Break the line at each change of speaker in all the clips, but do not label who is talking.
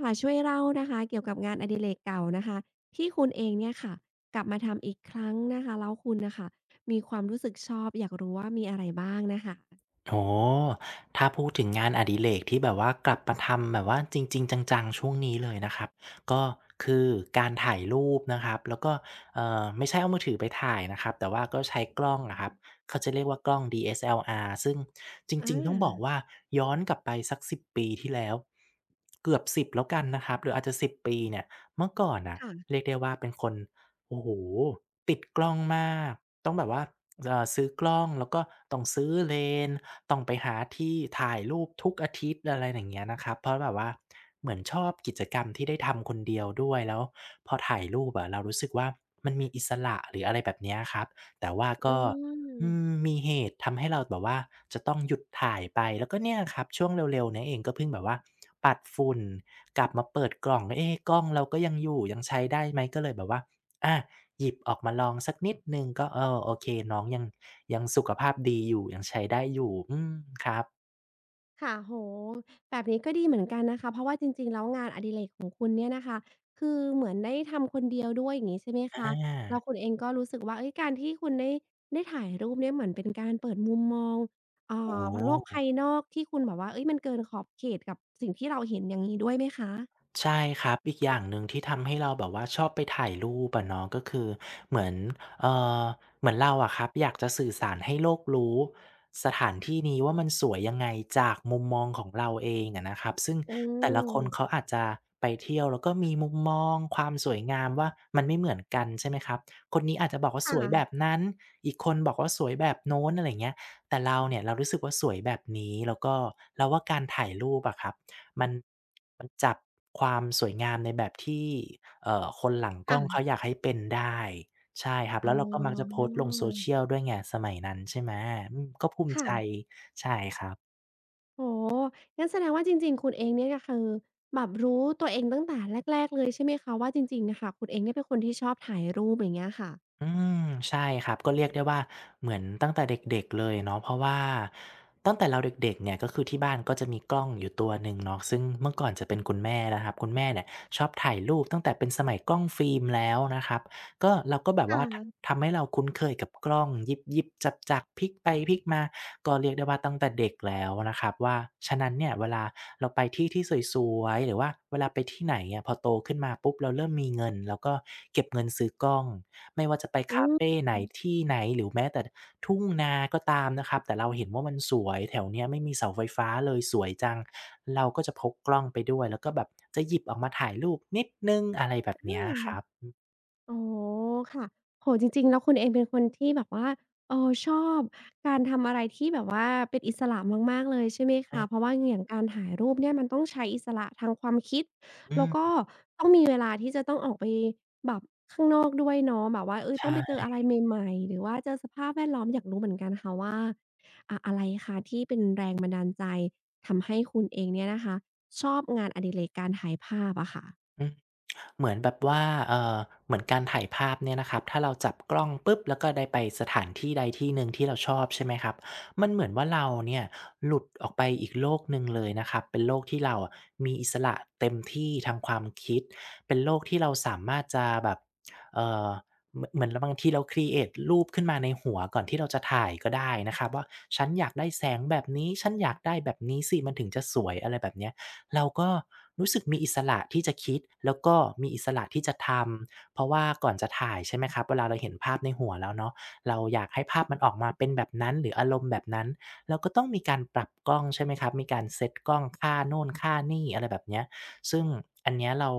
ค่ะช่วยเล่านะคะเกี่ยวกับงานอดิเรกเก่านะคะที่คุณเองเนี่ยค่ะกลับมาทำอีกครั้งนะคะแล้วคุณน่ะค่ะมีความรู้สึกชอบอยากรู้ว่ามีอะไรบ้างน่ะค่ะ
อ๋อถ้าพูดถึงงานอดิเรกที่แบบว่ากลับมาทำแบบว่าจริงๆจังๆช่วงนี้เลยนะครับก็คือการถ่ายรูปนะครับแล้วก็ไม่ใช่เอามือถือไปถ่ายนะครับแต่ว่าก็ใช้กล้องอะครับเขาจะเรียกว่ากล้อง DSLR ซึ่งจ
อ
ริงๆต้องบอก
า
ว่าย้อนกลับไปสักสิบปีที่แล้วเกือบสิบแล้วกันนะครับหรืออาจจะ1บปีเนี่ยเมื่อก่อนน่ะ
ค่ะ
เรียกได้ว่าเป็นคน โอ้โฮติดกล้องมากต้องแบบว่าซื้อกล้องแล้วก็ต้องซื้อเลนส์ต้องไปหาที่ถ่ายรูปทุกอาทิตย์อะไรอย่างเงี้ยนะครับเพราะแบบว่าเหมือนชอบกิจกรรมที่ได้ทำคนเดียวด้วยแล้วพอถ่ายรูปอะเรารู้สึกว่ามันมีอิสระหรืออะไรแบบเนี้ยครับแต่ว่า
อื
ก็
ม
อืมมีเหตุทำให้เราแบบว่าจะต้องหยุดถ่ายไปแล้วก็เนี่ยครับช่วงเร็วๆนี้เองก็เพิ่งแบบว่าปัดฝุ่นกลับมาเปิดกล่องเอ๊กล้องเราก็ยังอยู่ยังใช้ได้ไหมก็เลยแบบว่า อะหยิบออกมาลองสักนิดหนึ่งก็เออโอเคน้องยังยังสุขภาพดีอยู่ยังใช้ได้อยู่อืมครับ
ค่ะโอ้โฮแบบนี้ก็ดีเหมือนกันนะคะเพราะว่าจริงๆแล้วงานอดิเรกของคุณเนี่ยนะคะคือเหมือนได้ทำคนเดียวด้วยอย่างงี้ใช่ไหม
อ
คะแล้วคุ
า
ณเองก็รู้สึกว่าเฮ้ยการที่คุณได้ถ่ายรูปเนี่ยเหมือนเป็นการเปิดมุมมอง
โอ้โ
โลก
ฮ
ภายนอกที่คุณแบบว่าเฮ้ยมันเกินขอบเขตกับสิ่งที่เราเห็นอย่างงี้ด้วยไหมคะ
ใช่ครับอีกอย่างหนึ่งที่ทำให้เราแบบว่าชอบไปถ่ายรูปอะเนาะก็คือเหมือนเอ่อเหมือนเราอะครับอยากจะสื่อสารให้โลกรู้สถานที่นี้ว่ามันสวยยังไงจากมุมมองของเราเองอะนะครับซึ่ง
อื
แต่ละ
ม
คนเขาอาจจะไปเที่ยวแล้วก็มีมุมมองความสวยงามว่ามันไม่เหมือนกันใช่ไหมครับคนนี้อาจจะบอกว่าส
ค่ะ
วยแบบนั้นอีกคนบอกว่าสวยแบบโน้นอะไรอย่างเงี้ยแต่เราเนี่ยเรารู้สึกว่าสวยแบบนี้แล้วก็เราว่าการถ่ายรูปอะครับ มันมันจับความสวยงามในแบบที่คนหลังกล้องเขา
ค่ะ
อยากให้เป็นได้ใช่ครับ
อ๋
แล้วเราก็มักจะโพ
อ
สต์ลง social ด้วยไงสมัยนั้นใช่ไหมอืมก็ภูมิใจ
ค่ะ
ใช่ครับ
โอ้โฮงั้นแสดงว่าจริงๆ คุณเองเนี่ยก็คือแบบรู้ตัวเองตั้งแต่แรกๆ เลยใช่ไหมคะว่าจริงๆอะค่ะคุณเองเนี่ยเป็นคนที่ชอบถ่ายรูปอย่างเงี้ยค่ะ
อืมใช่ครับก็เรียกได้ว่าเหมือนตั้งแต่เด็กๆเลยเนาะเพราะว่าตั้งแต่เราเด็กๆเนี่ยก็คือที่บ้านก็จะมีกล้องอยู่ตัวหนึ่งเนาะซึ่งเมื่อก่อนจะเป็นคุณแม่นะครับคุณแม่เนี่ยชอบถ่ายรูปตั้งแต่เป็นสมัยกล้องฟิล์มแล้วนะครับก็เราก็แบบ
ค
ว่าท
่ะ
ทำให้เราคุ้นเคยกับกล้องยิบๆจับๆพลิกไปพลิกมาก็เรียกได้ว่าตั้งแต่เด็กแล้วนะครับว่าฉะนั้นเนี่ยเวลาเราไปที่ที่สวยๆหรือว่าเวลาไปที่ไหนอะพอโตขึ้นมาปุ๊บเราเริ่มมีเงินเราก็เก็บเงินซื้อกล้อง ไม่ว่าจะไป
อื
คา
ม
เฟไห
อ
นที่ไหนหรือแม้แต่ทุ่งนาก็ตามนะครับแต่เราเห็นว่ามันสวยแถวเนี้ยไม่มีเสาไฟฟ้าเลยสวยจังเราก็จะพกกล้องไปด้วยแล้วก็แบบจะหยิบออกมาถ่ายรูปนิดหนึ่งอะไรแบบเนี้ย
า
ครับ
อ๋อค่ะโอ้โฮจริงๆ แล้วคุณเองเป็นคนที่แบบว่า ชอบการทำอะไรที่แบบว่าเป็นอิสระมากๆเลยใช่ไหม
อา
คะเพราะว่าอย่างการถ่ายรูปเนี่ยมันต้องใช้อิสระทางความคิด
อื
แล้วก็
ม
ต้องมีเวลาที่จะต้องออกไปแบบข้างนอกด้วยเนาะแบบว่าเฮ้ยต้องไปเจอ
ใช่
อะไรใหม่ๆ หรือว่าเจอสภาพแวดล้อมอยากรู้เหมือนกันค่ะว่าอะอะไรคะที่เป็นแรงบันดาลใจทำให้คุณเองเนี่ยนะคะชอบงานอดิเรกการถ่ายภาพอะค่ะ
อือ เหมือนแบบว่าเอ่อเหมือนการถ่ายภาพเนี่ยนะครับถ้าเราจับกล้องปุ๊บแล้วก็ได้ไปสถานที่ใดที่หนึ่งที่เราชอบใช่ไหมครับมันเหมือนว่าเราเนี่ยหลุดออกไปอีกโลกหนึ่งเลยนะครับเป็นโลกที่เราอะมีอิสระเต็มที่ทางความคิดเป็นโลกที่เราสามารถจะแบบเอ่อเหมือนบางทีเราครีเอตรูปขึ้นมาในหัวก่อนที่เราจะถ่ายก็ได้นะครับว่าฉันอยากได้แสงแบบนี้ฉันอยากได้แบบนี้สิมันถึงจะสวยอะไรแบบเนี้ย เราก็รู้สึกมีอิสระที่จะคิดแล้วก็มีอิสระที่จะทำเพราะว่าก่อนจะถ่ายใช่ไหมครับเวลาเราเห็นภาพในหัวแล้วเนาะเราอยากให้ภาพมันออกมาเป็นแบบนั้นหรืออารมณ์แบบนั้นเราก็ต้องมีการปรับกล้องใช่ไหมครับมีการเซตกล้องค่าโน่นค่านี่อะไรแบบเนี้ยซึ่งอันเนี้ยเรา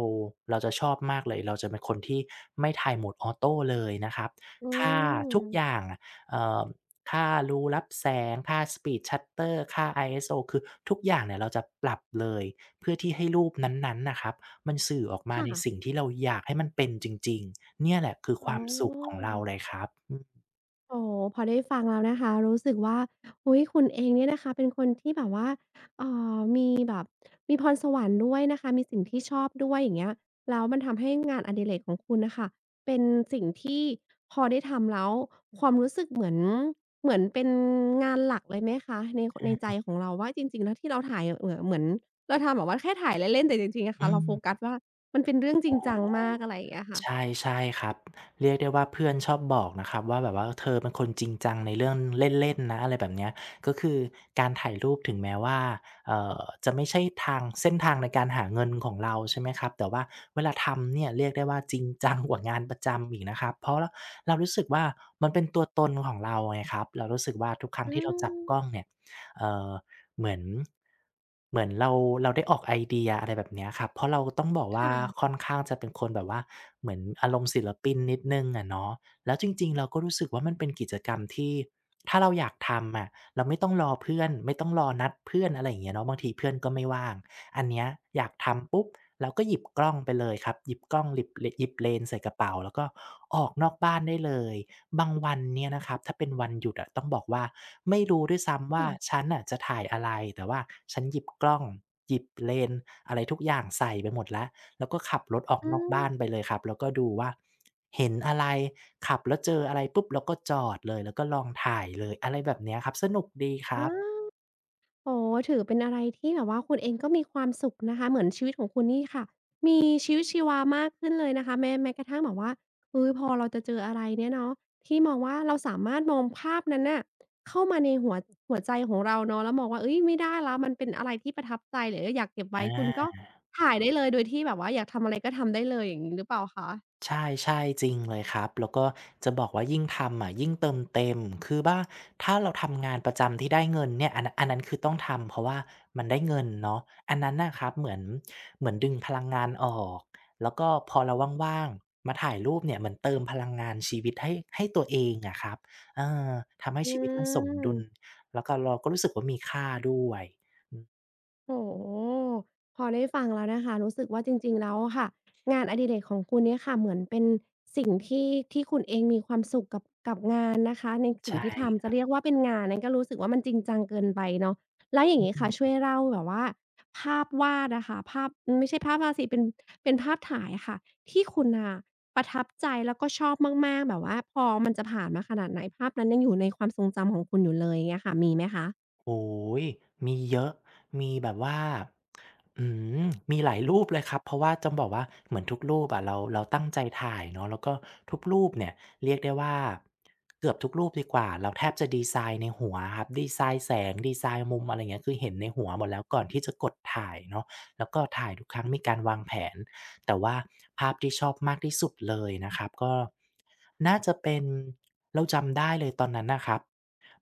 เราจะชอบมากเลยเราจะเป็นคนที่ไม่ถ่าย mode auto เลยนะครับ
อื
ค่าทุกอย่า
ม
งอะเอ่อค่ารูรับแสงค่า Speed Shutter ค่า ISO คือทุกอย่างเนี่ยเราจะปรับเลย เพื่อที่ให้รูปนั้นๆน่ะครับมันสื่อออกมา
ค่ะ
ในสิ่งที่เราอยากให้มันเป็นจริงๆเนี่ยแหละคือค
อ๋อ
วามสุขของเราเลยครับอืม
โอ้โฮพอได้ฟังแล้วนะคะ รู้สึกว่าอุ๊ยคุณเองเนี่ยนะคะ เป็นคนที่แบบว่าเอ่มีแบบพรสวรรค์ด้วยนะคะมีสิ่งที่ชอบด้วยอย่างเงี้ยแล้วมันทำให้งานอดิเรกของคุณน่ะค่ะเป็นสิ่งที่พอได้ทำแล้วความรู้สึกเหมือนเป็นงานหลักเลยไหมคะในในใจ
อา
ของเราว่าจริงๆแล้วที่เราถ่ายเหมือนเราทำแบบว่าแค่ถ่ายเล่นๆแต่จริงๆอะค่ะ
อื
เรา
ม
โฟกัสว่ามันเป็นเรื่องจริ
โอ้
ง
โฮ
จังมากอะไรอย่างเงี้ยค่ะ
ใช่ใช่ครับเรียกได้ว่าเพื่อนชอบบอกนะครับว่าแบบว่าเธอเป็นคนจริงจังในเรื่องเล่นๆนะอะไรแบบเนี้ยก็คือการถ่ายรูปถึงแม้ว่าเอ่อจะไม่ใช่ทางเส้นทางในการหาเงินของเราใช่ไหมครับแต่ว่าเวลาทำเนี่ยเรียกได้ว่าจริงจังกว่างานประจำอีกนะครับเพราะเรารู้สึกว่ามันเป็นตัวตนของเราไงครับเรารู้สึกว่าทุกครั้ง
อื
ที่เราจับกล้อง
ม
เนี่ยเอ่อ เหมือนเหมือนเราได้ออกไอเดียอะไรแบบเนี้ยครับเพราะเราต้องบอกว่า
ค่ะ
ค่อนข้างจะเป็นคนแบบว่าเหมือนอารมณ์ศิลปินนิดหนึ่งอะเนาะแล้วจริงๆเราก็รู้สึกว่ามันเป็นกิจกรรมที่ถ้าเราอยากทำอะเราไม่ต้องรอเพื่อนไม่ต้องรอนัดเพื่อนอะไรอย่างเงี้ยเนาะบางทีเพื่อนก็ไม่ว่างอันเนี้ยอยากทำปุ๊บเราก็หยิบกล้องไปเลยครับหยิบกล้องหลิบหยิบเลนส์ใส่กระเป๋าแล้วก็ ออกนอกบ้านได้เลยบางวันเนี่ยนะครับ ถ้าเป็นวันหยุดอะต้องบอกว่าไม่รู้ด้วยซ้ำว่าฉันน่ะจะถ่ายอะไรแต่ว่าฉันหยิบกล้องหยิบเลนส์อะไรทุกอย่างใส่ไปหมดแล้ว แล้วก็ขับรถออก
อา
นอกบ้านไปเลยครับ แล้วก็ดูว่าเห็นอะไรขับแล้วเจออะไรปุ๊บเราก็จอดเลยแล้วก็ลองถ่ายเลยอะไรแบบเนี้ยครับสนุกดีครับ
อาโอ๋อถือเป็นอะไรที่แบบว่าคุณเองก็มีความสุขนะคะเหมือนชีวิตของคุณนี่ค่ะมีชีวิตชีวามากขึ้นเลยนะคะแม้กระทั่งแบบว่าเฮ้ยพอเราจะเจออะไรเนี่ยเนาะที่มองว่าเราสามารถมองภาพนั้นน่ะเข้ามาในหัวใจของเราเนาะแล้วมองว่าเฮ้ยไม่ได้แล้วมันเป็นอะไรที่ประทับใจหรือว่าอยากเก็บ
อ
ไว้คุณก็
า
ถ่ายได้เลยโดยที่แบบว่าอยากทำอะไรก็ทำได้เลยอย่างงี้หรือเปล่าคะ
ใช่ๆจริงเลยครับแล้วก็จะบอกว่ายิ่งทำอะยิ่งเติมเต็มคือบ้าถ้าเราทำงานประจำที่ได้เงินเนี่ยอันนั้นคือต้องทำเพราะว่ามันได้เงินเนาะอันนั้นน่ะครับเหมือนดึงพลังงานออกแล้วก็พอเราว่างๆมาถ่ายรูปเนี่ยเหมือนเติมพลังงานชีวิตให้ตัวเองอะครับเออทำให้
อื
ชีวิตมันสมดุล
ม
แล้วก็เราก็รู้สึกว่ามีค่าด้วยอืม
โอ้โฮพอได้ฟังแล้วนะคะรู้สึกว่าจริงๆแล้วอะค่ะงานอดิเรกของคุณเนี่ยค่ะเหมือนเป็นสิ่งที่คุณเองมีความสุขกับงานนะคะในสิ่งที่
ใช่
ทำจะเรียกว่าเป็นงานนั้นก็รู้สึกว่ามันจริงจังเกินไปเนาะแล้วอย่างงี้ค่ะช่วยเล่าแบบว่าภาพวาดอะค่ะภาพอืมไม่ใช่ภาพวาดสิเป็นภาพถ่ายอะค่ะที่คุณน่ะประทับใจแล้วก็ชอบมากๆแบบว่าพอมันจะผ่านมาขนาดไหนภาพนั้นยังอยู่ในความทรงจำของคุณอยู่เลยเงี้ยค่ะมีไหมคะ
โอ้ยมีเยอะ มีแบบว่าอืมมีหลายรูปเลยครับเพราะว่าจ้งบอกว่าเหมือนทุกรูปอะเราตั้งใจถ่ายเนาะแล้วก็ทุกรูปเนี่ยเรียกได้ว่าเกือบทุกรูปดีกว่าเราแทบจะดีไซน์ในหัวครับดีไซน์แสงดีไซน์มุมอะไรเงี้ยคือเห็นในหัวหมดแล้วก่อนที่จะกดถ่ายเนาะแล้วก็ถ่ายทุกครั้งมีการวางแผนแต่ว่าภาพที่ชอบมากที่สุดเลยนะครับก็น่าจะเป็นเราจำได้เลยตอนนั้นนะครับ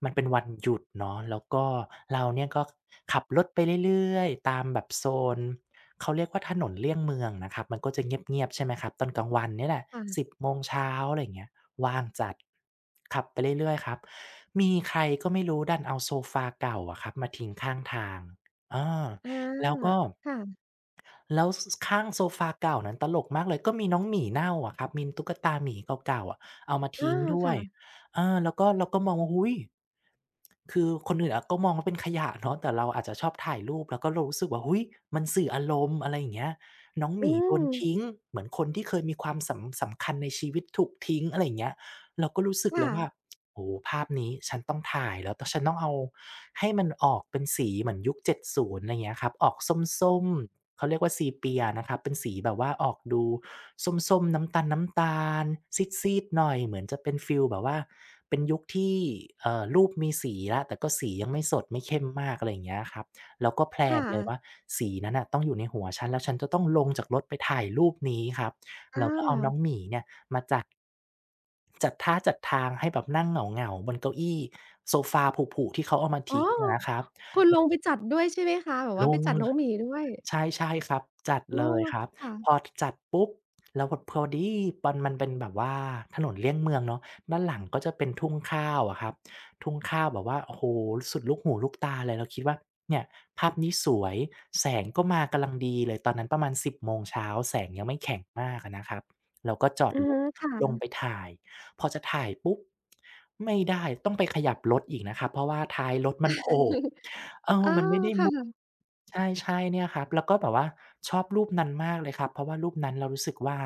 มันเป็นวันหยุดเนาะแล้วก็เราเนี่ยก็ขับรถไปเรื่อยๆตามแบบโซนเขาเรียกว่าถนนเลี่ยงเมืองนะครับมันก็จะเงียบๆใช่ไหมครับตอนกลางวันเนี่ยแหละ
ค่ะ
10โมงเช้าอะไรอย่างเงี้ยว่างจัดขับไปเรื่อยๆครับมีใครก็ไม่รู้ดันเอาโซฟาเก่าอะครับมาทิ้งข้างทางเออ
อา
แล้วก็
ค่ะ
แล้วสข้างโซฟาเก่านั้นตลกมากเลยก็มีน้องหมีเน่าอะครับมีตุ๊กตาหมีเก่าๆอะเอามา
อา
ทิ้งด้ว
ค่ะ
ยอาแล้วก็เราก็มองว่าอุ๊ยคือคนอื่นอะก็มองว่าเป็นขยะเนาะแต่เราอาจจะชอบถ่ายรูปแล้วก็เรารู้สึกว่าอุ๊ยมันสื่ออารมณ์อะไรอย่างเงี้ยน้องห
อื
มีโดน
ม
ทิ้งเหมือนคนที่เคยมีความสำสำคัญในชีวิตถูกทิ้งอะไรอย่างเงี้ยเราก็รู้สึก
ค
เลยว่า
่ะ
โอ้โฮภาพนี้ฉันต้องถ่ายแล้วต้องฉันต้องเอาให้มันออกเป็นสีเหมือนยุค70อะไรอย่างเงี้ยครับออกส้มๆเขาเรียกว่าซีเปียนะครับเป็นสีแบบว่าออกดูส้มๆน้ำตาลๆซีดๆหน่อยเหมือนจะเป็นฟีลแบบว่าเป็นยุคที่รูปมีสีแล้วแต่ก็สียังไม่สดไม่เข้มมากอะไรอย่างเงี้ยครับแล้วก็แพลน
ค่ะ
เลยว่าสีนั้นน่ะต้องอยู่ในหัวฉันแล้วฉันจะต้องลงจากรถไปถ่ายรูปนี้ครับ
อา
แล้วก็เอาน้องหมีเนี่ย มาจัดจัดท่าจัดทางให้แบบนั่งเหงาๆบนเก้าอี้โซฟาผุๆที่เขาเอามา
อ๋อ
ทิ้งอะนะครับ
คุณลงไปจัดด้วยใช่ไหมคะ แบบ
ล
ว่าไป
ง
จัด
ล
น้องหมีด้วย
ใช่ใช่ครับจัด
อ๋
เล
อ
ยครับ
ค่ะ
พอจัดปุ๊บแล้วแบพอดีปันมันเป็นแบบว่าถนนเลี่ยงเมืองเนาะด้านหลังก็จะเป็นทุ่งข้าวอะครับทุ่งข้าวแบบว่าโอ้โฮสุดลูกหูลูกตาเลยเราคิดว่าเนี่ยภาพนี้สวยแสงก็มากำลังดีเลยตอนนั้นประมาณ10โมงเช้าแสงยังไม่แข็งมากอะนะครับเราก็จอด
อือ
รถ
ฮึค่ะ
ลงไปถ่ายพอจะถ่ายปุ๊บไม่ได้ต้องไปขยับรถอีกนะครับเพราะว่าท้ายรถมันโผล่
เออค่ะ
ใช่ใช่เนี่ยครับแล้วก็แบบว่าชอบรูปนั้นมากเลยครับเพราะว่ารูปนั้นเรารู้สึกว่า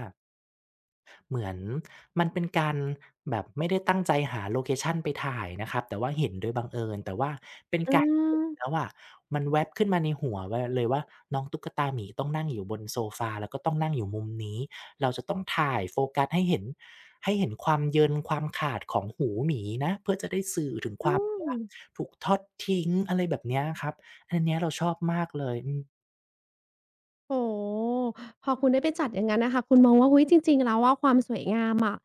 เหมือนมันเป็นการแบบไม่ได้ตั้งใจหาโลเคชันไปถ่ายนะครับแต่ว่าเห็นโดยบังเอิญแต่ว่าเป็น
อื
การเห็น
ม
แล้วอะมันแว็บขึ้นมาในหัวไว้เลยว่าน้องตุ๊กตาหมีต้องนั่งอยู่บนโซฟาแล้วก็ต้องนั่งอยู่มุมนี้เราจะต้องถ่ายโฟกัสให้เห็นให้เห็นความเยินความขาดของหูหมีนะเพื่อจะได้สื่อถึงค
อื
วามแบบ
ม
ว่าถูกทอดทิ้งอะไรแบบเนี้ยครับอันเนี้ยเราชอบมากเลยอืม
โอ้โฮพอคุณได้ไปจัดอย่างงั้นน่ะค่ะคุณมองว่าอุ๊ยจริงๆแล้วอะความสวยงามอะ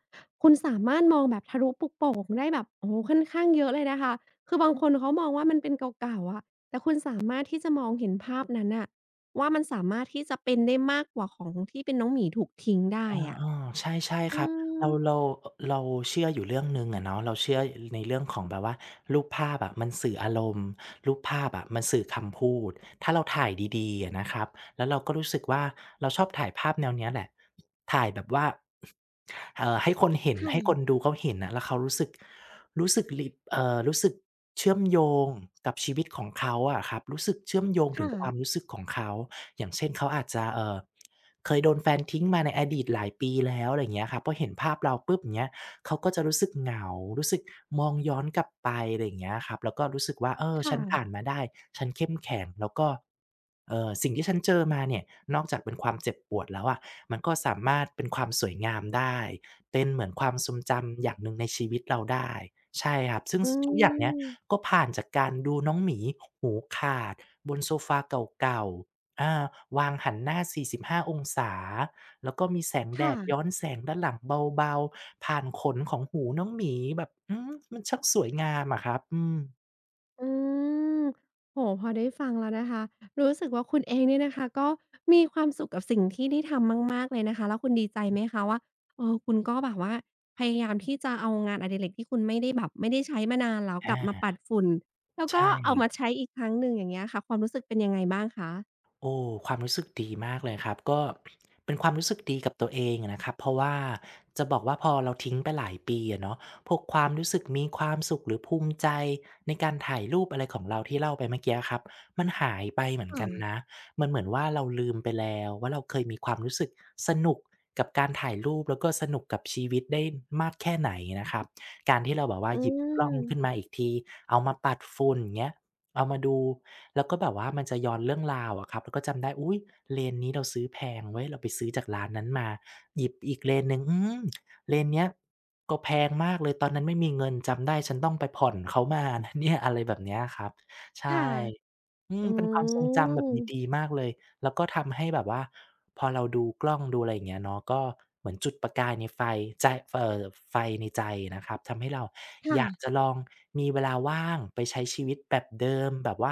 คุณสามารถมองแบบทะลุปลุกโปร่งได้แบบโอ้โฮค่อนข้างเยอะเลยนะคะ คือบางคนเขามองว่ามันเป็นเก่าๆอะ แต่คุณสามารถที่จะมองเห็นภาพนั้นน่ะว่ามันสามารถที่จะเป็นได้มากกว่าของที่เป็นน้องหมีถูกทิ้งได้
อ
อะ
าๆใช่ๆค
อื
รับ
ม
เราเราเชื่ออยู่เรื่องหนึ่งอะเนาะเราเชื่อในเรื่องของแบบว่ารูปภาพอะมันสื่ออารมณ์รูปภาพอะมันสื่อคำพูดถ้าเราถ่ายดีๆอะนะครับแล้วเราก็รู้สึกว่าเราชอบถ่ายภาพแนวเนี้ยแหละถ่ายแบบว่าให้คนเห็น
ค่ะ
ให้คนดูเขาเห็นน่ะแล้วเขารู้สึกรู้สึกลิรู้สึก เชื่อมโยงกับชีวิตของเขาอะครับรู้สึกเชื่อมโยงถึง
ค่ะ
ความรู้สึกของเขาอย่างเช่นเขาอาจจะเคยโดนแฟนทิ้งมาในอดีตหลายปีแล้วอะไรอย่างเงี้ยครับพอเห็นภาพเราปุ๊บอย่างเงี้ยเขาก็จะรู้สึกเหงารู้สึกมองย้อนกลับไปอะไรอย่างเงี้ยครับแล้วก็รู้สึกว่าเออ
ค
ฉันผ่าน
่ะ
มาได้ฉันเข้มแข็งแล้วก็สิ่งที่ฉันเจอมาเนี่ยนอกจากเป็นความเจ็บปวดแล้วอะมันก็สามารถเป็นความสวยงามได้เป็นเหมือนความทรงจำอย่างหนึ่งในชีวิตเราได้ใช่ครับซึ่ง
อื
สทุกอย่างเนี้ย
ม
ก็ผ่านจากการดูน้องหมีหูขาดบนโซฟาเก่าๆอาวางหันหน้า 45 องศาแล้วก็มีแสงแดดย้อ
ค่ะ
นแสงด้านหลังเบาๆ ผ่านขนของหูน้องหมีแบบอืมมันช่างสวยงามอะครับอืม
อืมโหพอได้ฟังแล้วนะคะ รู้สึกว่าคุณเองเนี่ยนะคะก็มีความสุขกับสิ่งที่ได้ทำมากๆเลยนะคะแล้วคุณดีใจไหมคะว่าเออคุณก็แบบว่าพยายามที่จะเอางานอดิเรกที่คุณไม่ได้แบบไม่ได้ใช้มานานแล้ว
อ
กลับมาปั
า
ดฝุ่นแล้ว
ใช่
ก็เอามาใช้อีกครั้งหนึ่งอย่างเงี้ยค่ะความรู้สึกเป็นยังไงบ้างคะ
โอ้ความรู้สึกดีมากเลยครับก็เป็นความรู้สึกดีกับตัวเองอะนะครับเพราะว่าจะบอกว่าพอเราทิ้งไปหลายปีอะเนาะพวกความรู้สึกมีความสุขหรือภูมิใจในการถ่ายรูปอะไรของเราที่เล่าไปเมื่อกี้ครับมันหายไปเหมือนกันนะมันเหมือนว่าเราลืมไปแล้วว่าเราเคยมีความรู้สึกสนุกกับการถ่ายรูปแล้วก็สนุกกับชีวิตได้มากแค่ไหนนะครับการที่เราแบบว่า
อื
หยิบกล้องขึ้นมา
ม
อีกทีเอามาปัดฝุ่นเงี้ยเอามาดู แล้วก็แบบว่ามันจะย้อนเรื่องราวอะครับแล้วก็จำได้อุ๊ยเลนนี้เราซื้อแพงเว้ยเราไปซื้อจากร้านนั้นมาหยิบอีกเลนหนึ่งอืมเลนเนี้ยก็แพงมากเลยตอนนั้นไม่มีเงินจำได้ฉันต้องไปผ่อนเขามานะเนี่ยอะไรแบบเนี้ยครับใช่
ค่ะ
อืม
อื
เป็นความทรงจำแบบ
ม
ดีๆมากเลย แล้วก็ทำให้แบบว่าพอเราดูกล้องดูอะไรอย่างเงี้ยเนาะก็เหมือนจุดประกายในไฟใจเอ่อไฟในใจนะครับทำให้เราอยาก
ค่ะ
จะลองมีเวลาว่างไปใช้ชีวิตแบบเดิมแบบว่า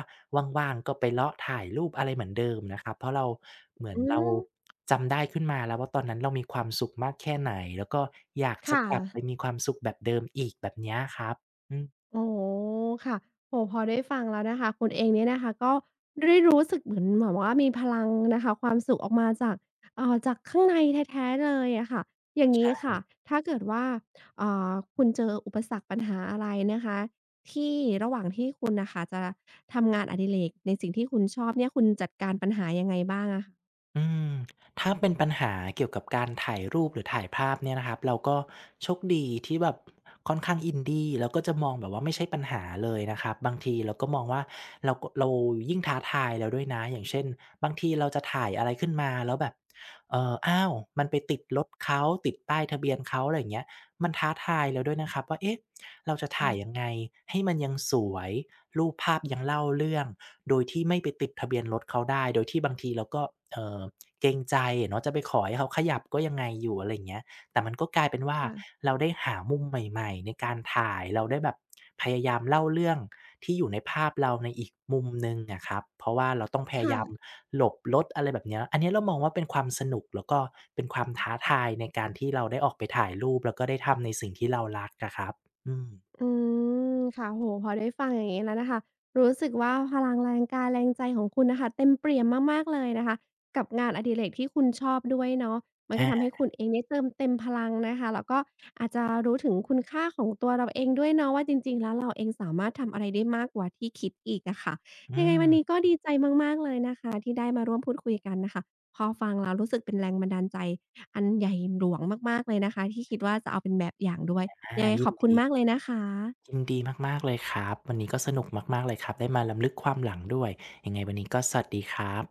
ว่างๆก็ไปเลาะถ่ายรูปอะไรเหมือนเดิมนะครับเพราะเราเหมือน
อื
เรา
ม
จำได้ขึ้นมาแล้วว่าตอนนั้นเรามีความสุขมากแค่ไหนแล้วก็อยากจะ
ค่ะ
กลับไปมีความสุขแบบเดิมอีกแบบเนี้ยครับอืม
โอโอค่ะโอ้โฮพอได้ฟังแล้วนะคะคุณเองเนี่ยนะคะก็ได้รู้สึกเหมือนแบบว่ามีพลังนะคะความสุขออกมาจากจากข้างในแท้ๆเลยอะค่ะอย่างงี้ค่ะถ้าเกิดว่าคุณเจออุปสรรคปัญหาอะไรนะคะที่ระหว่างที่คุณน่ะค่ะจะทำงานอดิเรกในสิ่งที่คุณชอบเนี่ยคุณจัดการปัญหายังไงบ้างอะคะ
อืมถ้าเป็นปัญหาเกี่ยวกับการถ่ายรูปหรือถ่ายภาพเนี่ยนะครับเราก็โชคดีที่แบบค่อนข้างอินดีแล้วก็จะมองแบบว่าไม่ใช่ปัญหาเลยนะครับบางทีเราก็มองว่าเรายิ่งท้าทายแล้วด้วยนะอย่างเช่นบางทีเราจะถ่ายอะไรขึ้นมาแล้วแบบเอออ้าวมันไปติดรถเขาติดป้ายทะเบียนเขาอะไรอย่างเงี้ยมันท้าทายแล้วด้วยนะครับว่าเอ๊ะเราจะถ่ายยั
เออ
งไงให้มันยังสวยรูปภาพยังเล่าเรื่อง โดยที่ไม่ไปติดทะเบียนรถเขาได้ โดยที่บางทีเราก็เอ่อเกรงใจอะเนาะจะไปขอให้เขาขยับก็ยังไงอยู่อะไรอย่างเงี้ยแต่มันก็กลายเป็นว่า
ค่ะ
เราได้หามุมใหม่ๆในการถ่ายเราได้แบบพยายามเล่าเรื่องที่อยู่ในภาพเราในอีกมุมหนึ่งอะครับเพราะว่าเราต้องพยายาม
ค่ะ
หลบรถอะไรแบบเนี้ยอันเนี้ยเรามองว่าเป็นความสนุกแล้วก็เป็นความท้าทายในการที่เราได้ออกไปถ่ายรูปแล้วก็ได้ทำในสิ่งที่เรารักอะครับอืม
อืมค่ะโอ้โฮพอได้ฟังอย่างงี้แล้วนะคะรู้สึกว่าพลังแรงกายแรงใจของคุณน่ะค่ะเต็มเปี่ยมมากๆเลยนะคะกับงานอดิเรกที่คุณชอบด้วยเนาะมันก็
อา
ทำให้คุณเองเนี่ยเติมเต็มพลังนะคะแล้วก็อาจจะรู้ถึงคุณค่าของตัวเราเองด้วยเนาะว่าจริงๆแล้วเราเองสามารถทำอะไรได้มากกว่าที่คิดอีกอะค่ะ
อื
ยังไง
ม
วันนี้ก็ดีใจมากๆเลยนะคะที่ได้มาร่วมพูดคุยกันน่ะค่ะพอฟังแล้วรู้สึกเป็นแรงบันดาลใจอันใหญ่หลวงมากๆเลยนะคะที่คิดว่าจะเอาเป็นแบบอย่างด้วย
อา
ยังไง
ยิ
ข
น
อบคุณ
ดี
มากเลยนะคะ
ยินดีมากๆเลยครับวันนี้ก็สนุกมากๆเลยครับได้มารำลึกความหลังด้วยยังไงวันนี้ก็สวัสดีครับ